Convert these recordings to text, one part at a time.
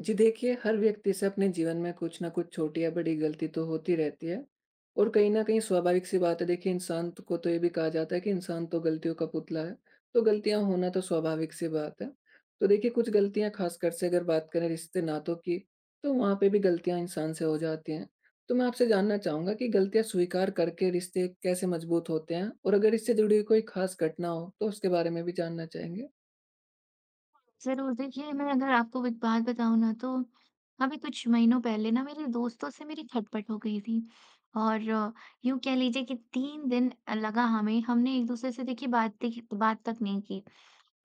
जी देखिए, हर व्यक्ति से अपने जीवन में कुछ न कुछ छोटी या बड़ी गलती तो होती रहती है और कहीं न कहीं स्वाभाविक-सी बात है। देखिए इंसान त को तो ये भी कहा जाता है कि इंसान तो गलतियों का पुतला है, तो गलतियाँ होना तो स्वाभाविक-सी बात है। तो देखिए कुछ गलतियाँ ख़ासकर से अगर बात करें रिश्ते-नातों की, तो वहाँ पे भी गलतियाँ इंसान से हो जाती हैं। तो मैं आपसे जानना चाहूँगा कि गलतियाँ स्वीकार करके रिश्ते कैसे मजबूत होते हैं? और अगर इससे जुड़ी हुई कोई ख़ास घटना हो, तो उसके बारे में भी जानना चाहेंगे? ज़रूर। देखिए, मैं अगर आपको एक बात बताऊँ ना तो अभी कुछ महीनों पहले ना मेरे दोस्तों से मेरी खटपट हो गई थी। और यूँ कह लीजिए कि 3 दिन लगा हमें, हमने एक-दूसरे से देखिए बात तक नहीं की।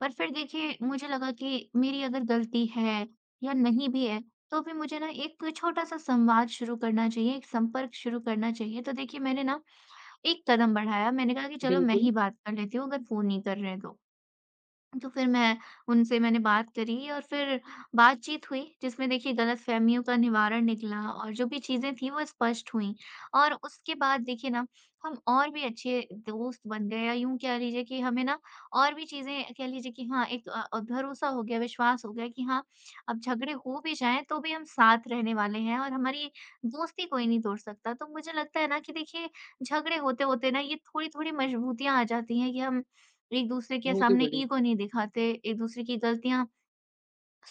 पर फिर देखिए मुझे लगा कि मेरी अगर गलती है या नहीं भी है, तो भी मुझे ना एक छोटा-सा संवाद शुरू करना चाहिए, एक संपर्क शुरू करना चाहिए। तो देखिए मैंने ना एक कदम बढ़ाया, मैंने कहा कि चलो मैं बिल्कुल। ही बात कर लेती हूँ अगर फ़ोन नहीं कर रहे हैं तो। तो फिर मैं उनसे मैंने बात करी और फिर बातचीत हुई जिसमें देखिए गलतफ़हमियों का निवारण निकला और जो भी चीज़ें थी वो स्पष्ट हुई। और उसके बाद देखिए ना हम और भी अच्छे दोस्त बन गए या यूँ कह लीजिए कि हमें ना और भी चीज़ें कह लीजिए कि हाँ, एक भरोसा हो गया, विश्वास हो गया कि हाँ, अब झगड़े हो भी जाएँ तो भी हम साथ रहने वाले हैं और हमारी दोस्ती कोई नहीं तोड़ सकता। तो मुझे लगता है ना कि देखिए झगड़े होते-होते ना ये थोड़ी-थोड़ी मजबूतियाँ आ जाती हैं कि हम एक-दूसरे के बहुत ही सामने बढ़िया। ईगो नहीं दिखाते, एक-दूसरे की गलतियाँ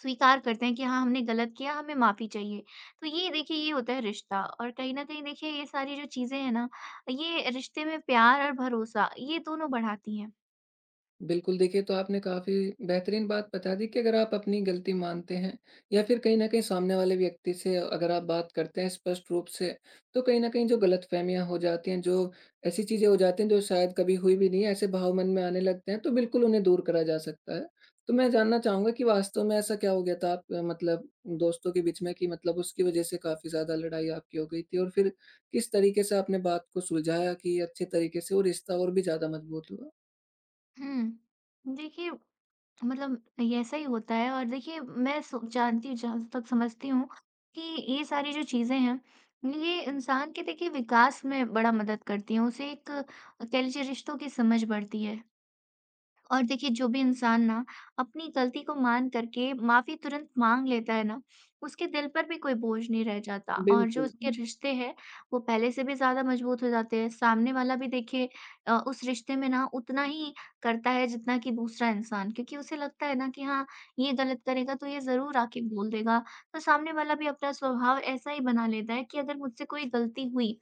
स्वीकार करते हैं कि हाँ, हमने गलत किया, हमें माफ़ी चाहिए। तो ये देखिए ये होता है रिश्ता और कहीं न कहीं देखिए ये सारी जो चीज़ें हैं ना, ये रिश्ते में प्यार और भरोसा ये दोनों बढ़ाती हैं। बिल्कुल, देखिए तो आपने काफ़ी बेहतरीन बात बता दी कि अगर आप अपनी गलती मानते हैं या फिर कहीं न कहीं सामने वाले व्यक्ति से अगर आप बात करते हैं स्पष्ट रूप से, तो कहीं न कहीं जो गलतफ़हमियाँ हो जाती हैं, जो ऐसी चीज़ें हो जाती हैं जो शायद कभी हुई भी नहीं है, ऐसे भाव मन में आने लगते हैं, तो बिल्कुल उन्हें दूर करा जा सकता है। तो मैं जानना चाहूँगा कि वास्तव में ऐसा क्या हो गया था आप मतलब दोस्तों के बीच में कि मतलब उसकी वज़ह से काफ़ी ज़्यादा लड़ाई आपकी हो गई थी? और फिर किस तरीके से आपने बात को सुलझाया कि अच्छे तरीके से वो रिश्ता और भी ज़्यादा मजबूत हुआ? हुँ। देखिए मतलब ये ऐसा ही होता है और देखिए मैं सो जानती हूँ जहाँ तक समझती हूँ कि ये सारी जो चीज़ें हैं, ये इंसान के देखिए विकास में बड़ा मदद करती हैं। उसे एक कह लीजिए रिश्तों की समझ बढ़ती है। और देखिए जो भी इंसान ना अपनी गलती को मान करके माफी तुरंत मांग लेता है ना, उसके दिल पर भी कोई बोझ नहीं रह जाता और जो बिल्कुल। उसके रिश्ते हैं वो पहले से भी ज़्यादा मजबूत हो जाते हैं। सामने वाला भी देखिए उस रिश्ते में ना उतना ही करता है जितना कि दूसरा इंसान क्योंकि उसे लगता है ना कि हाँ, ये गलत करेगा तो ये ज़रूर आके बोल देगा। तो सामने वाला भी अपना स्वभाव ऐसा ही बना लेता है कि अगर मुझसे कोई गलती हुई,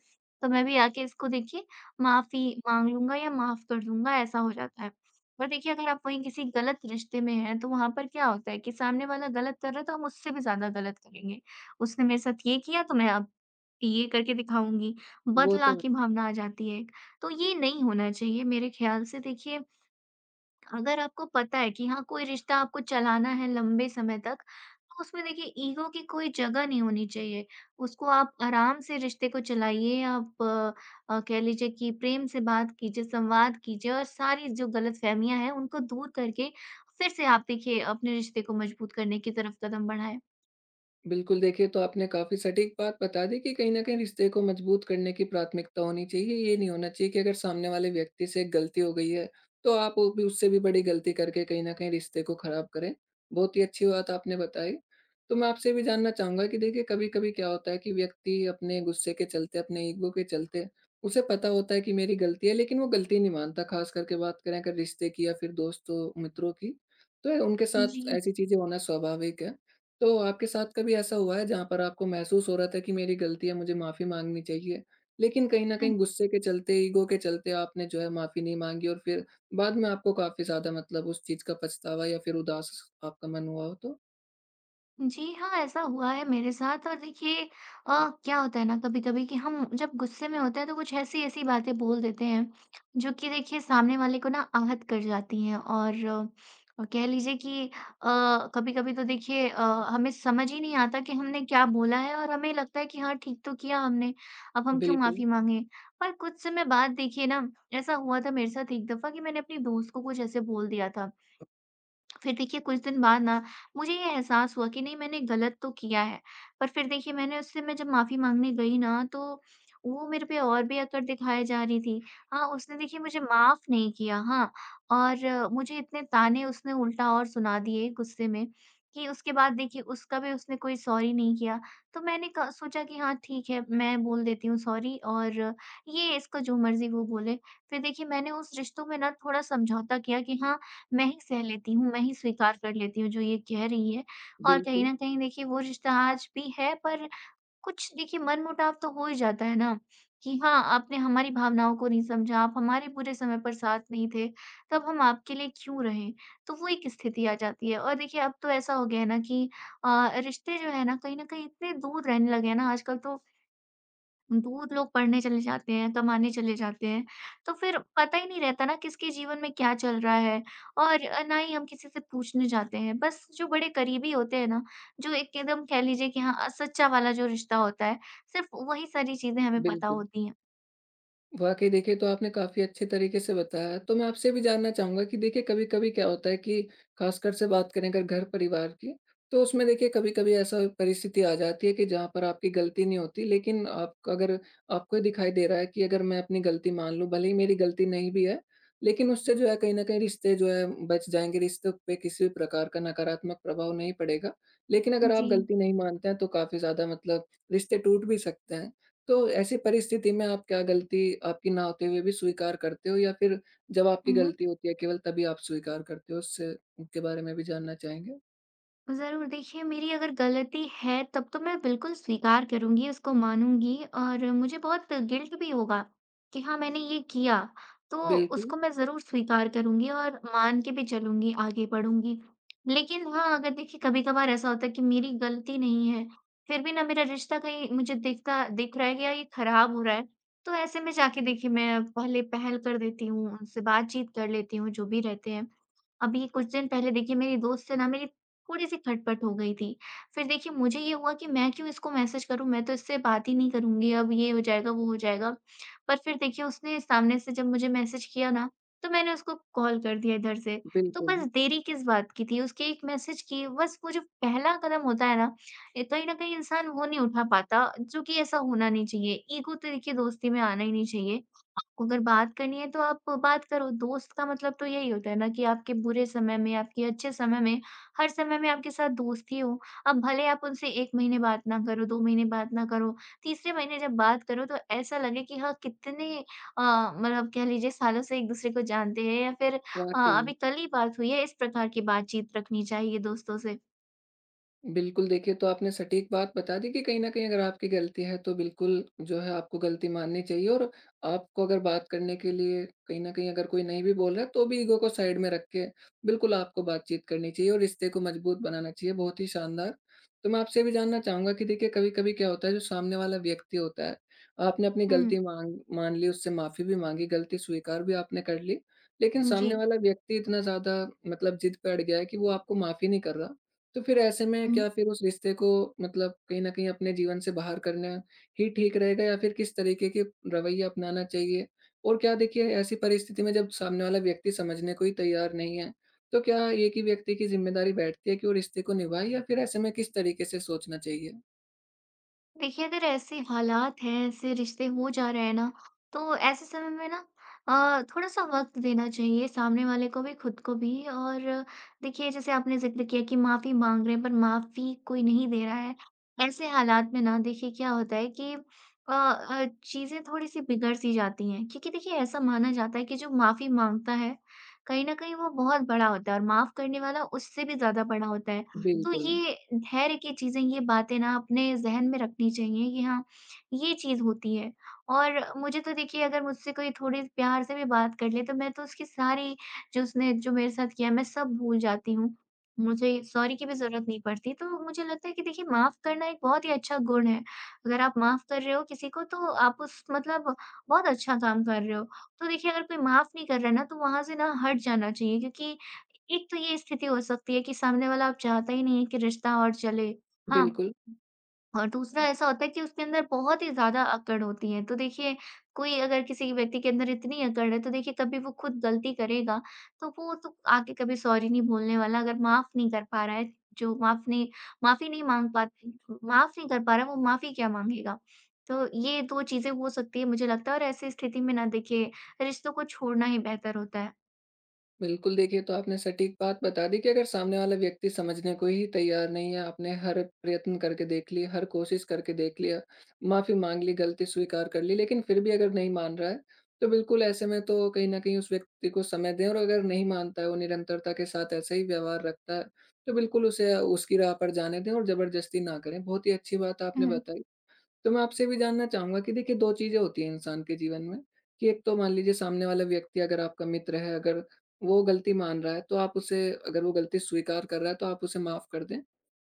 तो मैं भी आके इसको देखिए माफी माँग लूँगा या माफ़ कर दूँगा ऐसा हो जाता है। पर देखिए, अगर आप वहीं किसी गलत रिश्ते में हैं, तो वहाँ पर क्या होता है कि सामने वाला गलत कर रहा है, तो हम उससे भी ज़्यादा गलत करेंगे। उसने मेरे साथ ये किया, तो मैं अब ये करके दिखाऊँगी। वो बदला तो है। की भावना आ जाती है एक। तो ये नहीं होना चाहिए मेरे ख़्याल से देखिए अगर आपको पता है कि हाँ, कोई रिश्ता आपको चलाना है लंबे समय तक, तो उसमें देखिए ईगो की कोई जगह नहीं होनी चाहिए। उसको आप आराम से रिश्ते को चलाइए, आप कह लीजिए कि प्रेम से बात कीजिए, संवाद कीजिए और सारी जो गलतफ़हमियाँ हैं, उनको दूर करके फिर से आप देखिए अपने रिश्ते को मजबूत करने की तरफ कदम बढ़ाएँ। बिल्कुल, देखिए तो आपने काफ़ी सटीक बात बता दी कि कहीं न कहीं रिश्ते को मजबूत करने की प्राथमिकता होनी चाहिए। ये नहीं होना चाहिए कि अगर सामने वाले व्यक्ति से एक गलती हो गई है, तो आप वो भी उससे भी बड़ी गलती करके कहीं न कहीं रिश्ते को खराब करें। बहुत ही अच्छी बात आपने बताई। तो मैं आपसे ये भी जानना चाहूँगा कि देखिए कभी-कभी क्या होता है कि व्यक्ति अपने गुस्से के चलते, अपने ईगो के चलते, उसे पता होता है कि मेरी गलती है लेकिन वो गलती नहीं मानता, ख़ास करके बात करें अगर रिश्ते की या फिर दोस्तों, मित्रों की। तो उनके जी। साथ ऐसी चीज़ें होना स्वाभाविक है। तो आपके साथ कभी ऐसा हुआ है जहाँ पर आपको महसूस हो रहा था कि मेरी गलती है, मुझे माफ़ी माँगनी चाहिए, लेकिन कहीं न कहीं गुस्से के चलते, ईगो के चलते आपने जो है माफ़ी नहीं माँगी और फिर बाद में आपको काफ़ी ज़्यादा मतलब उस चीज़ का पछतावा या फिर उदास आपका मन हुआ हो तो? जी हाँ, ऐसा हुआ है मेरे साथ और देखिए क्या होता है ना कभी-कभी कि हम जब गुस्से में होते हैं तो कुछ ऐसी-ऐसी बातें बोल देते हैं, जो कि देखिए सामने वाले को ना आहत कर जाती हैं और कह लीजिए कि कभी-कभी तो देखिए हमें समझ ही नहीं आता कि हमने क्या बोला है और हमें लगता है कि हाँ, ठीक तो किया हमने, अब हम क्यों माफ़ी बिल्कुल, माँगे। पर कुछ समय बाद देखिए ना, ऐसा हुआ था मेरे साथ एक दफ़ा कि मैंने अपनी दोस्त को कुछ ऐसे बोल दिया था। फिर देखिए कुछ दिन बाद ना मुझे ये एहसास हुआ कि नहीं मैंने गलत तो किया है। पर फिर देखिए मैं जब माफ़ी माँगने गई ना तो वो मेरे पे और भी अकड़ दिखाए जा रही थी। हाँ, उसने देखिए मुझे माफ़ नहीं किया हाँ, और मुझे इतने ताने उसने उल्टा और सुना दिए गुस्से में कि उसके बाद देखिए उसका भी उसने कोई सॉरी नहीं किया। तो मैंने क सोचा कि हाँ ठीक है, मैं बोल देती हूँ सॉरी और ये इसको जो मर्ज़ी वो बोले। फिर देखिए मैंने उस रिश्तों में ना थोड़ा समझौता किया कि हाँ मैं ही सह लेती हूँ, मैं ही स्वीकार कर लेती हूँ जो ये कह रही है। और कहीं बिल्कुल, न कहीं देखिए वो रिश्ता आज भी है पर कुछ देखिए मनमुटाव तो हो ही जाता है ना, कि हाँ, आपने हमारी भावनाओं को नहीं समझा, आप हमारे बुरे समय पर साथ नहीं थे, तब हम आपके लिए क्यों रहें? तो वो एक स्थिति आ जाती है और देखिए अब तो ऐसा हो गया है ना कि रिश्ते जो है ना कहीं न कहीं इतने दूर रहने लगे हैं ना आजकल तो दूर लोग पढ़ने चले जाते हैं, कमाने चले जाते हैं, तो फिर पता ही नहीं रहता ना किसके जीवन में क्या चल रहा है और ना ही हम किसी से पूछने जाते हैं। बस जो बड़े करीबी होते हैं ना, जो एक एकदम कह लीजिए कि हाँ सच्चा वाला जो रिश्ता होता है, सिर्फ़ वही सारी चीज़ें हमें पता बिल्कुल। होती हैं। वाक़ई देखिए, तो आपने काफ़ी अच्छे तरीके से बताया। तो मैं आपसे भी जानना चाहूँगा कि देखिए कभी-कभी क्या होता है कि ख़ासकर से बात करें अगर घर-परिवार की, तो उसमें देखिए कभी-कभी ऐसा परिस्थिति आ जाती है कि जहाँ पर आपकी गलती नहीं होती, लेकिन आप अगर आपको ये दिखाई दे रहा है कि अगर मैं अपनी गलती मान लूँ, भले ही मेरी गलती नहीं भी है, लेकिन उससे जो है कहीं न कहीं रिश्ते जो है बच जाएँगे, रिश्तों पे किसी भी प्रकार का नकारात्मक प्रभाव नहीं पड़ेगा। लेकिन अगर आप जी। गलती नहीं मानते हैं, तो काफ़ी ज़्यादा मतलब रिश्ते टूट भी सकते हैं। तो ऐसी परिस्थिति में आप क्या गलती आपकी ना होते हुए भी स्वीकार करते हो या फिर जब आपकी गलती होती है केवल तभी आप स्वीकार करते हो? उससे के बारे में भी जानना चाहेंगे? ज़रूर, देखिए मेरी अगर गलती है तब तो मैं बिल्कुल स्वीकार करूँगी, उसको मानूँगी और मुझे बहुत गिल्ट भी होगा कि हाँ, मैंने ये किया, तो बिल्कुल, उसको मैं ज़रूर स्वीकार करूँगी और मान के भी चलूँगी, आगे बढ़ूँगी। लेकिन हाँ, अगर देखिए कभी-कभार ऐसा होता है कि मेरी गलती नहीं है, फिर भी ना मेरा रिश्ता कहीं मुझे दिख रहा है कि यार ये खराब हो रहा है, तो ऐसे में जाके देखिए मैं पहले पहल कर देती हूँ, उनसे बातचीत कर लेती हूँ, जो भी रहते हैं। अभी कुछ दिन पहले देखिए मेरी दोस्त से ना मेरी थोड़ी-सी खटपट हो गई थी। फिर देखिए मुझे ये हुआ कि मैं क्यों इसको मैसेज करूँ, मैं तो इससे बात ही नहीं करूँगी, अब ये हो जाएगा, वो हो जाएगा। पर फिर देखिए उसने सामने से जब मुझे मैसेज किया ना, तो मैंने उसको कॉल कर दिया इधर से। तो बिल्कुल, बस देरी किस बात की थी, उसके एक मैसेज की बस वो जो पहला कदम होता है ना, ए कहीं न कहीं इंसान वो नहीं उठा पाता, जो कि ऐसा होना नहीं चाहिए। ईगो तो देखिए दोस्ती में आना ही नहीं चाहिए। आपको अगर बात करनी है तो आप बात करो, दोस्त का मतलब तो यही होता है ना कि आपके बुरे समय में, आपके अच्छे समय में हर समय मैं आपके साथ दोस्त ही हूँ। अब भले आप उनसे 1 महीने बात ना करो, 2 महीने बात ना करो, तीसरे महीने जब बात करो तो ऐसा लगे कि हाँ कितने अ, मतलब कह लीजिए सालों से एक-दूसरे को जानते हैं या फिर वाक़ई। अभी कल ही बात हुई है, इस प्रकार की बातचीत रखनी चाहिए दोस्तों से। बिल्कुल, देखिए तो आपने सटीक बात बता दी कि कहीं न कहीं अगर आपकी गलती है तो बिल्कुल जो है आपको गलती माननी चाहिए, और आपको अगर बात करने के लिए कहीं न कहीं अगर कोई नहीं भी बोल रहा है तो भी ईगो को साइड में रख के बिल्कुल आपको बातचीत करनी चाहिए और रिश्ते को मजबूत बनाना चाहिए। बहुत ही शानदार! तो मैं आपसे ये भी जानना चाहूँगा कि देखिए कभी-कभी क्या होता है जो सामने वाला व्यक्ति होता है, आपने अपनी हुँ, गलती माँग मान ली, उससे माफ़ी भी माँगी, गलती स्वीकार भी आपने कर ली, लेकिन जी। सामने वाला व्यक्ति इतना ज़्यादा मतलब ज़िद पे अड़ गया है कि वो आपको माफ़ ही नहीं कर रहा। तो फिर ऐसे में क्या फिर उस रिश्ते को मतलब कहीं न कहीं अपने जीवन से बाहर करना ही ठीक रहेगा या फिर किस तरीके के रवैया अपनाना चाहिए? और क्या देखिए ऐसी परिस्थिति में जब सामने वाला व्यक्ति समझने को ही तैयार नहीं है, तो क्या एक ही व्यक्ति की ज़िम्मेदारी बैठती है कि वो रिश्ते को निभाए या फिर ऐसे में किस तरीके से सोचना चाहिए? हुँ, हुँ। देखिए, अगर ऐसे हालात हैं, ऐसे रिश्ते हो जा रहे हैं ना, तो ऐसे समय में ना थोड़ा-सा वक़्त देना चाहिए सामने वाले को भी, खुद को भी। और देखिए, जैसे आपने ज़िक्र किया कि माफ़ी माँग रहे हैं, पर माफ़ी कोई नहीं दे रहा है। ऐसे हालात में ना देखिए क्या होता है कि चीज़ें थोड़ी-सी बिगड़-सी जाती हैं। क्योंकि देखिए, ऐसा माना जाता है कि जो माफ़ी माँगता है, कहीं न कहीं वो बहुत बड़ा होता है और माफ़ करने वाला उससे भी ज़्यादा बड़ा होता है। तो बिल्कुल, ये धैर्य की चीज़ें, ये बातें ना अपने ज़हन में रखनी चाहिए कि हाँ, ये चीज़ होती है। और मुझे तो देखिए अगर मुझसे कोई थोड़ी प्यार से भी बात कर ले, तो मैं तो उसकी सारी जो मेरे साथ किया, मैं सब भूल जाती हूँ। मुझे सॉरी की भी ज़रूरत नहीं पड़ती। तो मुझे लगता है कि देखिए माफ़ करना एक बहुत ही अच्छा गुण है। अगर आप माफ़ कर रहे हो किसी को तो आप उस मतलब बहुत अच्छा काम कर रहे हो। तो देखिए अगर कोई माफ़ नहीं कर रहा है ना, तो वहाँ से ना हट जाना चाहिए क्योंकि एक तो ये स्थिति हो सकती है कि सामने वाला अब चाहता ही नहीं है कि रिश्ता और चले, हाँ। बिल्कुल। और दूसरा ऐसा होता है कि उसके अंदर बहुत ही ज़्यादा अकड़ होती है। तो देखिए, कोई अगर किसी व्यक्ति के अंदर इतनी अकड़ है, तो देखिए कभी वो खुद गलती करेगा, तो वो तो आके कभी सॉरी नहीं बोलने वाला। अगर माफ़ नहीं कर पा रहा है, जो माफ़ी नहीं माँग पा माफ़ नहीं कर पा रहा है, वो माफ़ी क्या माँगेगा? तो ये 2 चीज़ें हो सकती है मुझे लगता है और ऐसी स्थिति में ना देखिए, रिश्तों को छोड़ना ही बेहतर होता है। बिल्कुल, देखिए तो आपने सटीक बात बता दी कि अगर सामने वाला व्यक्ति समझने को ही तैयार नहीं है, आपने हर प्रयत्न करके देख लिए, हर कोशिश करके देख लिया, माफ़ी माँग ली, गलती स्वीकार कर ली, लेकिन फिर भी अगर नहीं मान रहा है, तो बिल्कुल ऐसे में तो कहीं न कहीं उस व्यक्ति को समय दें, और अगर नहीं मानता है, वो निरंतरता के साथ ऐसा ही व्यवहार रखता है, तो बिल्कुल उसे उसकी राह पर जाने दें और ज़बरदस्ती ना करें। बहुत ही अच्छी बात आपने हुँ, बताई। तो मैं आपसे भी जानना चाहूँगा कि देखिए 2 चीज़ें होती हैं इंसान के जीवन में, कि एक तो मान लीजिए सामने वाला व्यक्ति अगर आपका मित्र है, अगर वो गलती मान रहा है तो आप उसे, अगर वो गलती स्वीकार कर रहा है तो आप उसे माफ़ कर दें।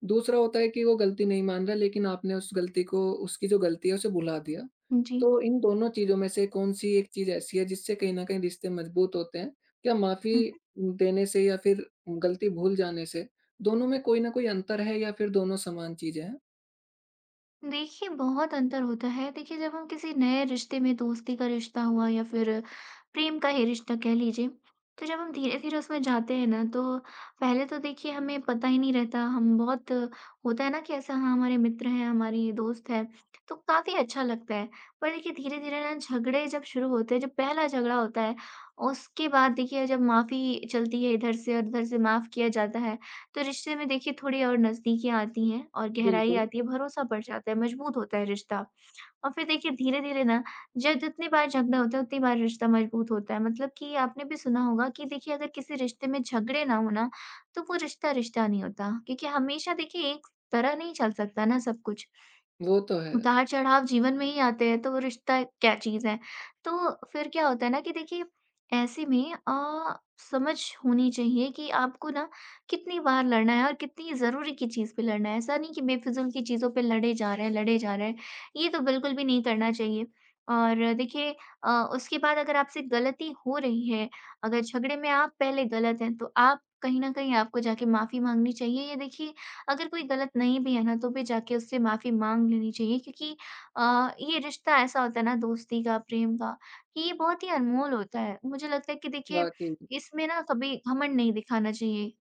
दूसरा होता है कि वो गलती नहीं मान रहा, लेकिन आपने उस गलती को, उसकी जो गलती है उसे भुला दिया। हुँ। जी। तो इन दोनों चीज़ों में से कौन-सी एक चीज़ ऐसी है जिससे कहीं न कहीं रिश्ते मजबूत होते हैं? क्या माफ़ी देने से या फिर गलती भूल जाने से, दोनों में कोई न कोई अंतर है या फिर दोनों समान चीज़ें हैं? देखिए, बहुत अंतर होता है। देखिए, जब हम किसी नए रिश्ते में दोस्ती का रिश्ता हुआ या फिर प्रेम का ही रिश्ता कह लीजिए, तो जब हम धीरे-धीरे उसमें जाते हैं ना, तो पहले तो देखिए हमें पता ही नहीं रहता। हम बहुत होता है ना कि ऐसा हाँ, हमारे मित्र हैं, हमारे ये दोस्त हैं, तो काफ़ी अच्छा लगता है। पर देखिए धीरे-धीरे ना झगड़े जब शुरू होते हैं, जब पहला झगड़ा होता है, उसके बाद देखिए जब माफ़ी चलती है इधर से और उधर से माफ़ किया जाता है, तो रिश्ते में देखिए थोड़ी और नज़दीकियाँ आती हैं और गहराई बिल्कुल, आती है, भरोसा बढ़ जाता है, मजबूत होता है रिश्ता। और फिर देखिए धीरे-धीरे ना ज जितनी बार झगड़ा होता है उतनी बार रिश्ता मजबूत होता है। मतलब कि आपने भी सुना होगा कि देखिए अगर किसी रिश्ते में झगड़े ना हो ना, तो वो रिश्ता, रिश्ता नहीं होता। क्योंकि हमेशा देखिए एक तरह नहीं चल सकता ना सब कुछ। वो तो है। उतार-चढ़ाव जीवन में ही आते हैं, तो वो रिश्ता क्या चीज़ है? तो फिर क्या होता है ना कि देखिए ऐसे में समझ होनी चाहिए कि आपको ना कितनी बार लड़ना है और कितनी ज़रूरी की चीज़ पे लड़ना है। ऐसा नहीं कि बेफिज़ूल की चीज़ों पे लड़े जा रहे हैं, लड़े जा रहे हैं, ये तो बिल्कुल भी नहीं करना चाहिए। और देखिए अ, उसके बाद अगर आपसे गलती हो रही है, अगर झगड़े में आप पहले गलत हैं, तो आप कहीं न कहीं आपको जाके माफ़ी माँगनी चाहिए। ये देखिए अगर कोई गलत नहीं भी है ना, तो भी जाके उससे माफ़ी माँग लेनी चाहिए क्योंकि ये रिश्ता ऐसा होता है ना दोस्ती का, प्रेम का, कि ये बहुत ही अनमोल होता है। मुझे लगता है कि देखिए वाक़ई। इसमें ना कभी घमंड नहीं दिखाना चाहिए।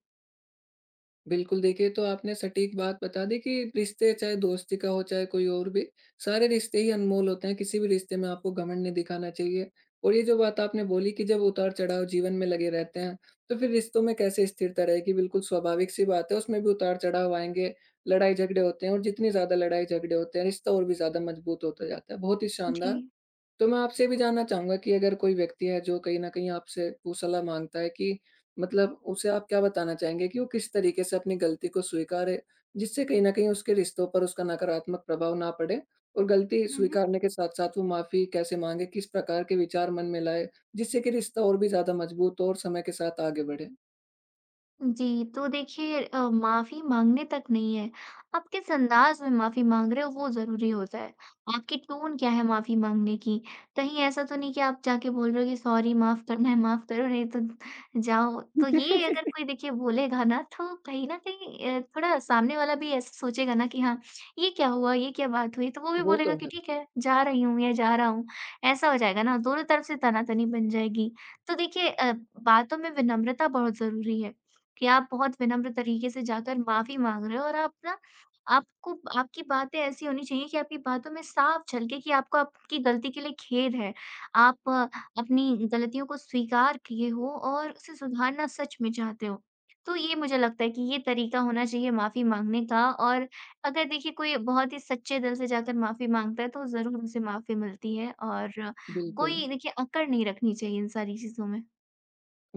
बिल्कुल, देखिए तो आपने सटीक बात बता दी कि रिश्ते चाहे दोस्ती का हो, चाहे कोई और भी, सारे रिश्ते ही अनमोल होते हैं, किसी भी रिश्ते में आपको घमंड नहीं दिखाना चाहिए। और ये जो बात आपने बोली कि जब उतार-चढ़ाव जीवन में लगे रहते हैं, तो फिर रिश्तों में कैसे स्थिरता रहेगी, बिल्कुल स्वाभाविक-सी बात है, उसमें भी उतार-चढ़ाव आएँगे, लड़ाई-झगड़े होते हैं और जितनी ज़्यादा लड़ाई-झगड़े होते हैं, रिश्ता और भी ज़्यादा मजबूत होता जाता है। बहुत ही जी। शानदार! तो मैं आपसे ये भी जानना चाहूँगा कि अगर कोई व्यक्ति है जो कहीं न कहीं आपसे वो सलाह माँगता है कि मतलब उसे आप क्या बताना चाहेंगे कि वो किस तरीके से अपनी गलती को स्वीकारे, जिससे कहीं न कहीं उसके रिश्तों पर उसका नकारात्मक प्रभाव ना पड़े? और गलती हम्म स्वीकारने के साथ-साथ वो माफ़ी कैसे माँगे? किस प्रकार के विचार मन में लाए, जिससे कि रिश्ता और भी ज़्यादा मजबूत हो और समय के साथ आगे बढ़े? जी, तो देखिए माफ़ी माँगने तक नहीं है, आप किस अंदाज़ में माफ़ी माँग रहे हो वो ज़रूरी होता है। आपकी टोन क्या है माफ़ी माँगने की, कहीं ऐसा तो नहीं कि आप जाके बोल रहे हो कि सॉरी माफ़ करना है, माफ़ करो नहीं तो जाओ। तो ये अगर कोई देखिए बोलेगा ना तो कहीं न कहीं थोड़ा सामने वाला भी ऐसा सोचेगा ना कि हाँ, ये क्या हुआ, ये क्या बात हुई? तो वो भी वो बोलेगा तो कि है। ठीक है, जा रही हूँ या जा रहा हूँ, ऐसा हो जाएगा ना, दोनों तरफ से तना-तनी बन जाएगी। तो देखिए बातों में विनम्रता बहुत ज़रूरी है। कि आप बहुत विनम्र तरीके से जाकर माफ़ी माँग रहे हो और आप ना आपको आपकी बातें ऐसी होनी चाहिए कि आपकी बातों में साफ झलके कि आपको आपकी गलती के लिए खेद है। आप अपनी गलतियों को स्वीकार किए हो और उसे सुधारना सच में चाहते हो। तो ये मुझे लगता है कि ये तरीका होना चाहिए माफ़ी माँगने का और अगर देखिए कोई बहुत ही सच्चे दिल से जाकर माफ़ी माँगता है तो ज़रूर उसे माफ़ी मिलती है और बिल्कुल। कोई देखिए अकड़ नहीं रखनी चाहिए इन सारी चीज़ों में।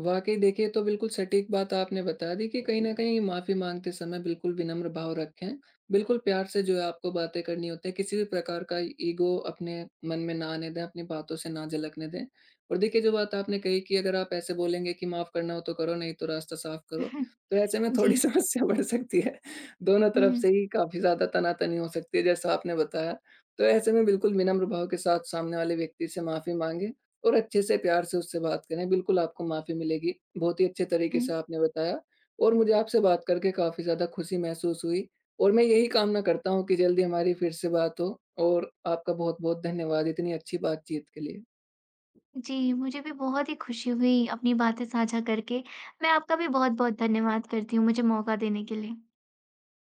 वाकई देखिए, तो बिल्कुल सटीक बात आपने बता दी कि कहीं न कहीं माफ़ी माँगते समय बिल्कुल विनम्र भाव रखें। बिल्कुल प्यार से जो है आपको बातें करनी होती है, किसी भी प्रकार का ईगो अपने मन में ना आने दें, अपनी बातों से ना झलकने दें। और देखिए जो बात आपने कही कि अगर आप ऐसे बोलेंगे कि माफ़ करना हो तो करो, नहीं तो रास्ता साफ करो, तो ऐसे में थोड़ी जी। समस्या बढ़ सकती है। दोनों तरफ हुँ, से ही काफ़ी ज़्यादा तना-तनी हो सकती है जैसा आपने बताया। तो ऐसे में बिल्कुल विनम्र भाव के साथ सामने वाले व्यक्ति से माफ़ी माँगे और अच्छे से प्यार से उससे बात करें, बिल्कुल आपको माफ़ी मिलेगी। बहुत ही अच्छे तरीके हुँ। से आपने बताया, और मुझे आपसे बात करके काफ़ी ज़्यादा खुशी महसूस हुई, और मैं यही कामना करता हूँ कि जल्दी हमारी फिर से बात हो, और आपका बहुत-बहुत धन्यवाद इतनी अच्छी बातचीत के लिए। जी, मुझे भी बहुत ही खुशी हुई अपनी बातें साझा करके। मैं आपका भी बहुत-बहुत धन्यवाद करती हूँ मुझे मौका देने के लिए।